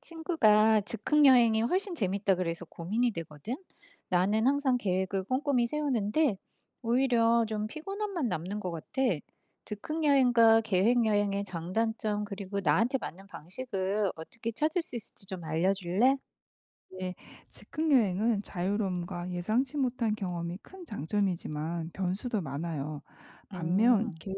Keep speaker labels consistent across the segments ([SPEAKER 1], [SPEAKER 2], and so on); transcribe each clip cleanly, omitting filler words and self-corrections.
[SPEAKER 1] 친구가 즉흥 여행이 훨씬 재밌다 그래서 고민이 되거든. 나는 항상 계획을 꼼꼼히 세우는데 오히려 좀 피곤함만 남는 것 같아. 즉흥 여행과 계획 여행의 장단점 그리고 나한테 맞는 방식을 어떻게 찾을 수 있을지 좀 알려줄래?
[SPEAKER 2] 네. 즉흥 여행은 자유로움과 예상치 못한 경험이 큰 장점이지만 변수도 많아요. 반면
[SPEAKER 1] 음,
[SPEAKER 2] 계획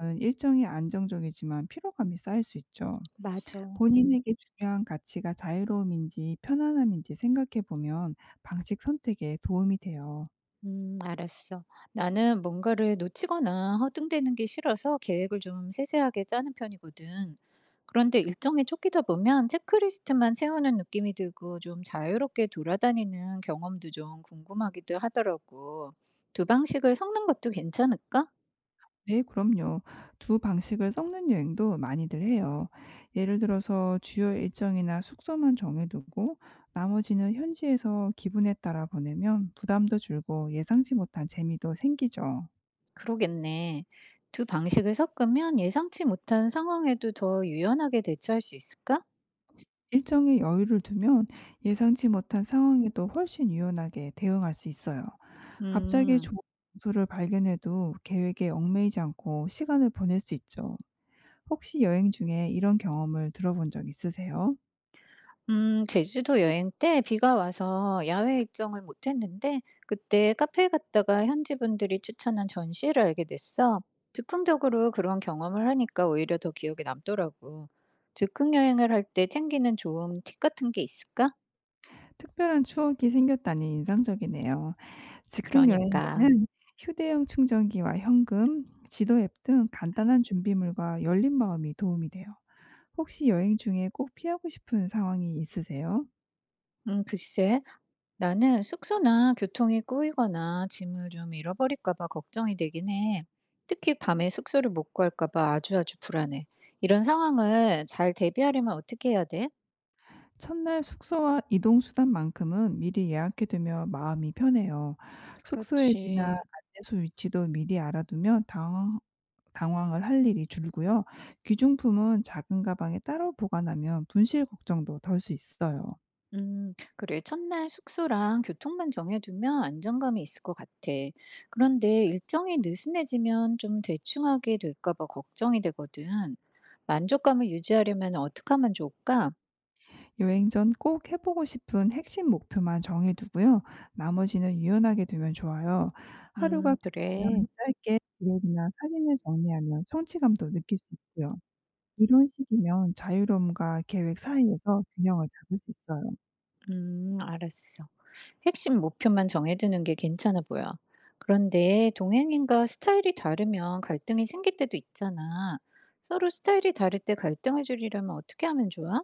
[SPEAKER 2] 여행은 일정이 안정적이지만 피로감이 쌓일 수 있죠.
[SPEAKER 1] 맞아.
[SPEAKER 2] 본인에게 중요한 가치가 자유로움인지 편안함인지 생각해 보면 방식 선택에 도움이 돼요.
[SPEAKER 1] 알았어. 나는 뭔가를 놓치거나 허둥대는 게 싫어서 계획을 좀 세세하게 짜는 편이거든. 그런데 일정에 쫓기다 보면 체크리스트만 채우는 느낌이 들고 좀 자유롭게 돌아다니는 경험도 좀 궁금하기도 하더라고. 두 방식을 섞는 것도 괜찮을까?
[SPEAKER 2] 네, 그럼요. 두 방식을 섞는 여행도 많이들 해요. 예를 들어서 주요 일정이나 숙소만 정해 두고 나머지는 현지에서 기분에 따라 보내면 부담도 줄고 예상치 못한 재미도 생기죠.
[SPEAKER 1] 그러겠네. 두 방식을 섞으면 예상치 못한 상황에도 더 유연하게 대처할 수 있을까?
[SPEAKER 2] 일정에 여유를 두면 예상치 못한 상황에도 훨씬 유연하게 대응할 수 있어요. 갑자기
[SPEAKER 1] 음.
[SPEAKER 2] 좋은 장소를 발견해도 계획에 얽매이지 않고 시간을 보낼 수 있죠. 혹시 여행 중에 이런 경험을 들어본 적 있으세요?
[SPEAKER 1] 제주도 여행 때 비가 와서 야외 일정을 못 했는데 그때 카페에 갔다가 현지 분들이 추천한 전시회를 알게 됐어. 즉흥적으로 그런 경험을 하니까 오히려 더 기억에 남더라고. 즉흥 여행을 할 때 챙기는 좋은 팁 같은 게 있을까?
[SPEAKER 2] 특별한 추억이 생겼다니 인상적이네요. 즉흥
[SPEAKER 1] 그러니까.
[SPEAKER 2] 여행에는 휴대용 충전기와 현금, 지도 앱 등 간단한 준비물과 열린 마음이 도움이 돼요. 혹시 여행 중에 꼭 피하고 싶은 상황이 있으세요?
[SPEAKER 1] 글쎄, 나는 숙소나 교통이 꼬이거나 짐을 좀 잃어버릴까 봐 걱정이 되긴 해. 특히 밤에 숙소를 못 구할까 봐 아주 아주 불안해. 이런 상황을 잘 대비하려면 어떻게 해야 돼?
[SPEAKER 2] 첫날 숙소와 이동 수단만큼은 미리 예약해두며 마음이 편해요. 숙소 앱이나
[SPEAKER 1] 그렇지.
[SPEAKER 2] 안내소 위치도 미리 알아두면 당황을 할 일이 줄고요. 귀중품은 작은 가방에 따로 보관하면 분실 걱정도 덜 수 있어요.
[SPEAKER 1] 그래. 첫날 숙소랑 교통만 정해두면 안정감이 있을 것 같아. 그런데 일정이 느슨해지면 좀 대충하게 될까 봐 걱정이 되거든. 만족감을 유지하려면 어떻게 하면 좋을까?
[SPEAKER 2] 여행 전 꼭 해보고 싶은 핵심 목표만 정해두고요. 나머지는 유연하게 두면 좋아요. 하루가
[SPEAKER 1] 그래.
[SPEAKER 2] 끝나면 짧게 기록이나 사진을 정리하면 성취감도 느낄 수 있고요. 이런 식이면 자유로움과 계획 사이에서 균형을 잡을 수 있어요.
[SPEAKER 1] 알았어. 핵심 목표만 정해두는 게 괜찮아 보여. 그런데 동행인과 스타일이 다르면 갈등이 생길 때도 있잖아. 서로 스타일이 다를 때 갈등을 줄이려면 어떻게 하면 좋아?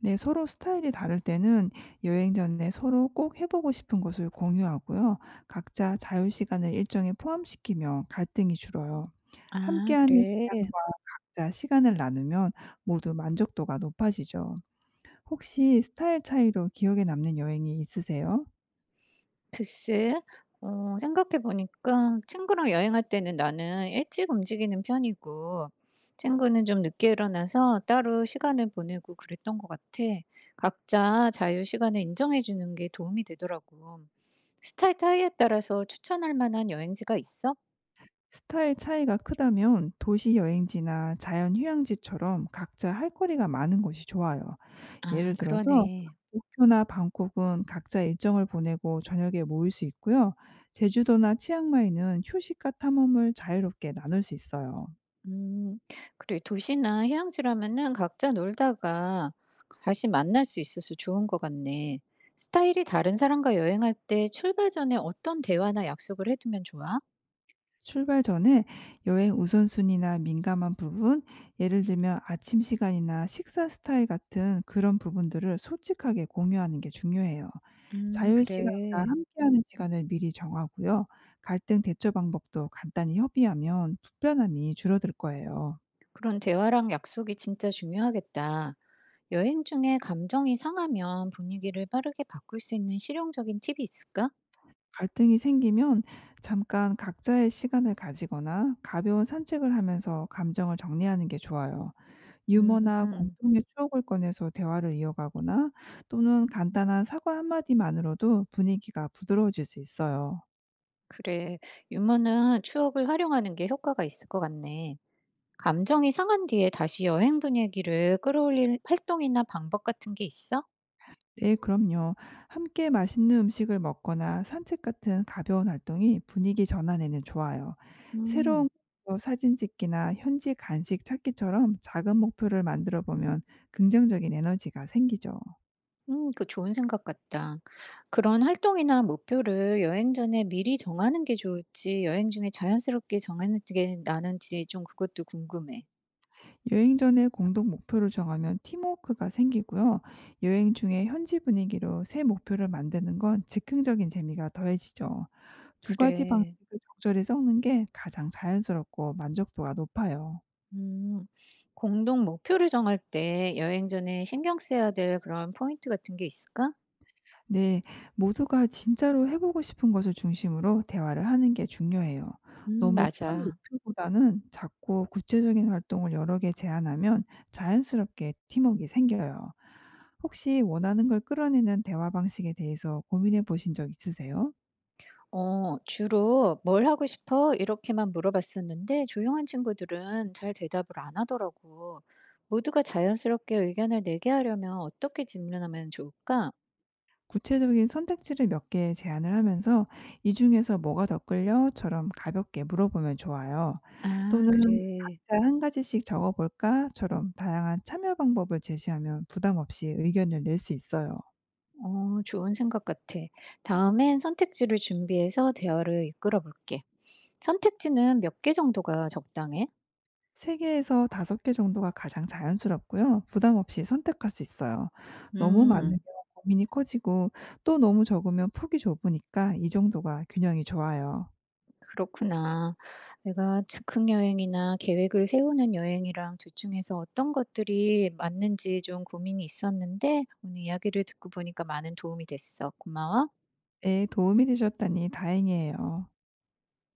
[SPEAKER 2] 네, 서로 스타일이 다를 때는 여행 전에 서로 꼭 해보고 싶은 것을 공유하고요. 각자 자유 시간을 일정에 포함시키면 갈등이 줄어요.
[SPEAKER 1] 아,
[SPEAKER 2] 함께하는
[SPEAKER 1] 그래.
[SPEAKER 2] 시간과 각자 시간을 나누면 모두 만족도가 높아지죠. 혹시 스타일 차이로 기억에 남는 여행이 있으세요?
[SPEAKER 1] 글쎄. 생각해 보니까 친구랑 여행할 때는 나는 일찍 움직이는 편이고 친구는 좀 늦게 일어나서 따로 시간을 보내고 그랬던 것 같아. 각자 자유 시간을 인정해 주는 게 도움이 되더라고. 스타일 차이에 따라서 추천할 만한 여행지가 있어?
[SPEAKER 2] 스타일 차이가 크다면 도시 여행지나 자연 휴양지처럼 각자 할 거리가 많은 곳이 좋아요.
[SPEAKER 1] 아
[SPEAKER 2] 예를 들어서
[SPEAKER 1] 그러네.
[SPEAKER 2] 도쿄나 방콕은 각자 일정을 보내고 저녁에 모일 수 있고요. 제주도나 치앙마이는 휴식과 탐험을 자유롭게 나눌 수 있어요.
[SPEAKER 1] 음. 그래 도시나 휴양지라면은 각자 놀다가 다시 만날 수 있어서 좋은 것 같네. 스타일이 다른 사람과 여행할 때 출발 전에 어떤 대화나 약속을 해 두면 좋아?
[SPEAKER 2] 출발 전에 여행 우선순위나 민감한 부분, 예를 들면 아침 시간이나 식사 스타일 같은 그런 부분들을 솔직하게 공유하는 게 중요해요. 자유 시간과
[SPEAKER 1] 그래.
[SPEAKER 2] 함께하는 시간을 미리 정하고요. 갈등 대처 방법도 간단히 협의하면 불편함이 줄어들 거예요.
[SPEAKER 1] 그런 대화랑 약속이 진짜 중요하겠다. 여행 중에 감정이 상하면 분위기를 빠르게 바꿀 수 있는 실용적인 팁이 있을까?
[SPEAKER 2] 갈등이 생기면 잠깐 각자의 시간을 가지거나 가벼운 산책을 하면서 감정을 정리하는 게 좋아요. 유머나
[SPEAKER 1] 음
[SPEAKER 2] 공통의 추억을 꺼내서 대화를 이어가거나 또는 간단한 사과 한마디만으로도 분위기가 부드러워질 수 있어요.
[SPEAKER 1] 그래. 유머는 추억을 활용하는 게 효과가 있을 것 같네. 감정이 상한 뒤에 다시 여행 분위기를 끌어올릴 활동이나 방법 같은 게 있어?
[SPEAKER 2] 네, 그럼요. 함께 맛있는 음식을 먹거나 산책 같은 가벼운 활동이 분위기 전환에는 좋아요. 새로운
[SPEAKER 1] 음,
[SPEAKER 2] 거 사진 찍기나 현지 간식 찾기처럼 작은 목표를 만들어 보면 긍정적인 에너지가 생기죠.
[SPEAKER 1] 그 좋은 생각 같다. 그런 활동이나 목표를 여행 전에 미리 정하는 게 좋을지, 여행 중에 자연스럽게 정하는 게 나는지 좀 그것도 궁금해.
[SPEAKER 2] 여행 전에 공동 목표를 정하면 팀워크가 생기고요. 여행 중에 현지 분위기로 새 목표를 만드는 건 즉흥적인 재미가 더해지죠. 두 가지
[SPEAKER 1] 그래.
[SPEAKER 2] 방식을 적절히 섞는 게 가장 자연스럽고 만족도가 높아요.
[SPEAKER 1] 음, 공동 목표를 정할 때 여행 전에 신경 써야 될 그런 포인트 같은 게 있을까?
[SPEAKER 2] 네, 모두가 진짜로 해보고 싶은 것을 중심으로 대화를 하는 게 중요해요. 너무 큰
[SPEAKER 1] 맞아.
[SPEAKER 2] 목표보다는 작고 구체적인 활동을 여러 개 제안하면 자연스럽게 팀워크가 생겨요. 혹시 원하는 걸 끌어내는 대화 방식에 대해서 고민해 보신 적 있으세요?
[SPEAKER 1] 주로 "뭘 하고 싶어?" 이렇게만 물어봤었는데 조용한 친구들은 잘 대답을 안 하더라고. 모두가 자연스럽게 의견을 내게 하려면 어떻게 질문하면 좋을까?
[SPEAKER 2] 구체적인 선택지를 몇 개 제안을 하면서 "이 중에서 뭐가 더 끌려?"처럼 가볍게 물어보면 좋아요.
[SPEAKER 1] 아
[SPEAKER 2] 또는
[SPEAKER 1] 그래.
[SPEAKER 2] "각자 한 가지씩 적어 볼까?"처럼 다양한 참여 방법을 제시하면 부담 없이 의견을 낼 수 있어요.
[SPEAKER 1] 좋은 생각 같아. 다음엔 선택지를 준비해서 대화를 이끌어 볼게. 선택지는 몇 개 정도가 적당해?
[SPEAKER 2] 3개 개에서 5개 정도가 가장 자연스럽고요. 부담 없이 선택할 수 있어요. 너무 많으면
[SPEAKER 1] 음.
[SPEAKER 2] 고민이 커지고 또 너무 적으면 폭이 좁으니까 이 정도가 균형이 좋아요.
[SPEAKER 1] 그렇구나. 내가 즉흥 여행이나 계획을 세우는 여행이랑 둘 중에서 어떤 것들이 맞는지 좀 고민이 있었는데 오늘 이야기를 듣고 보니까 많은 도움이 됐어. 고마워.
[SPEAKER 2] 네 도움이 되셨다니 다행이에요.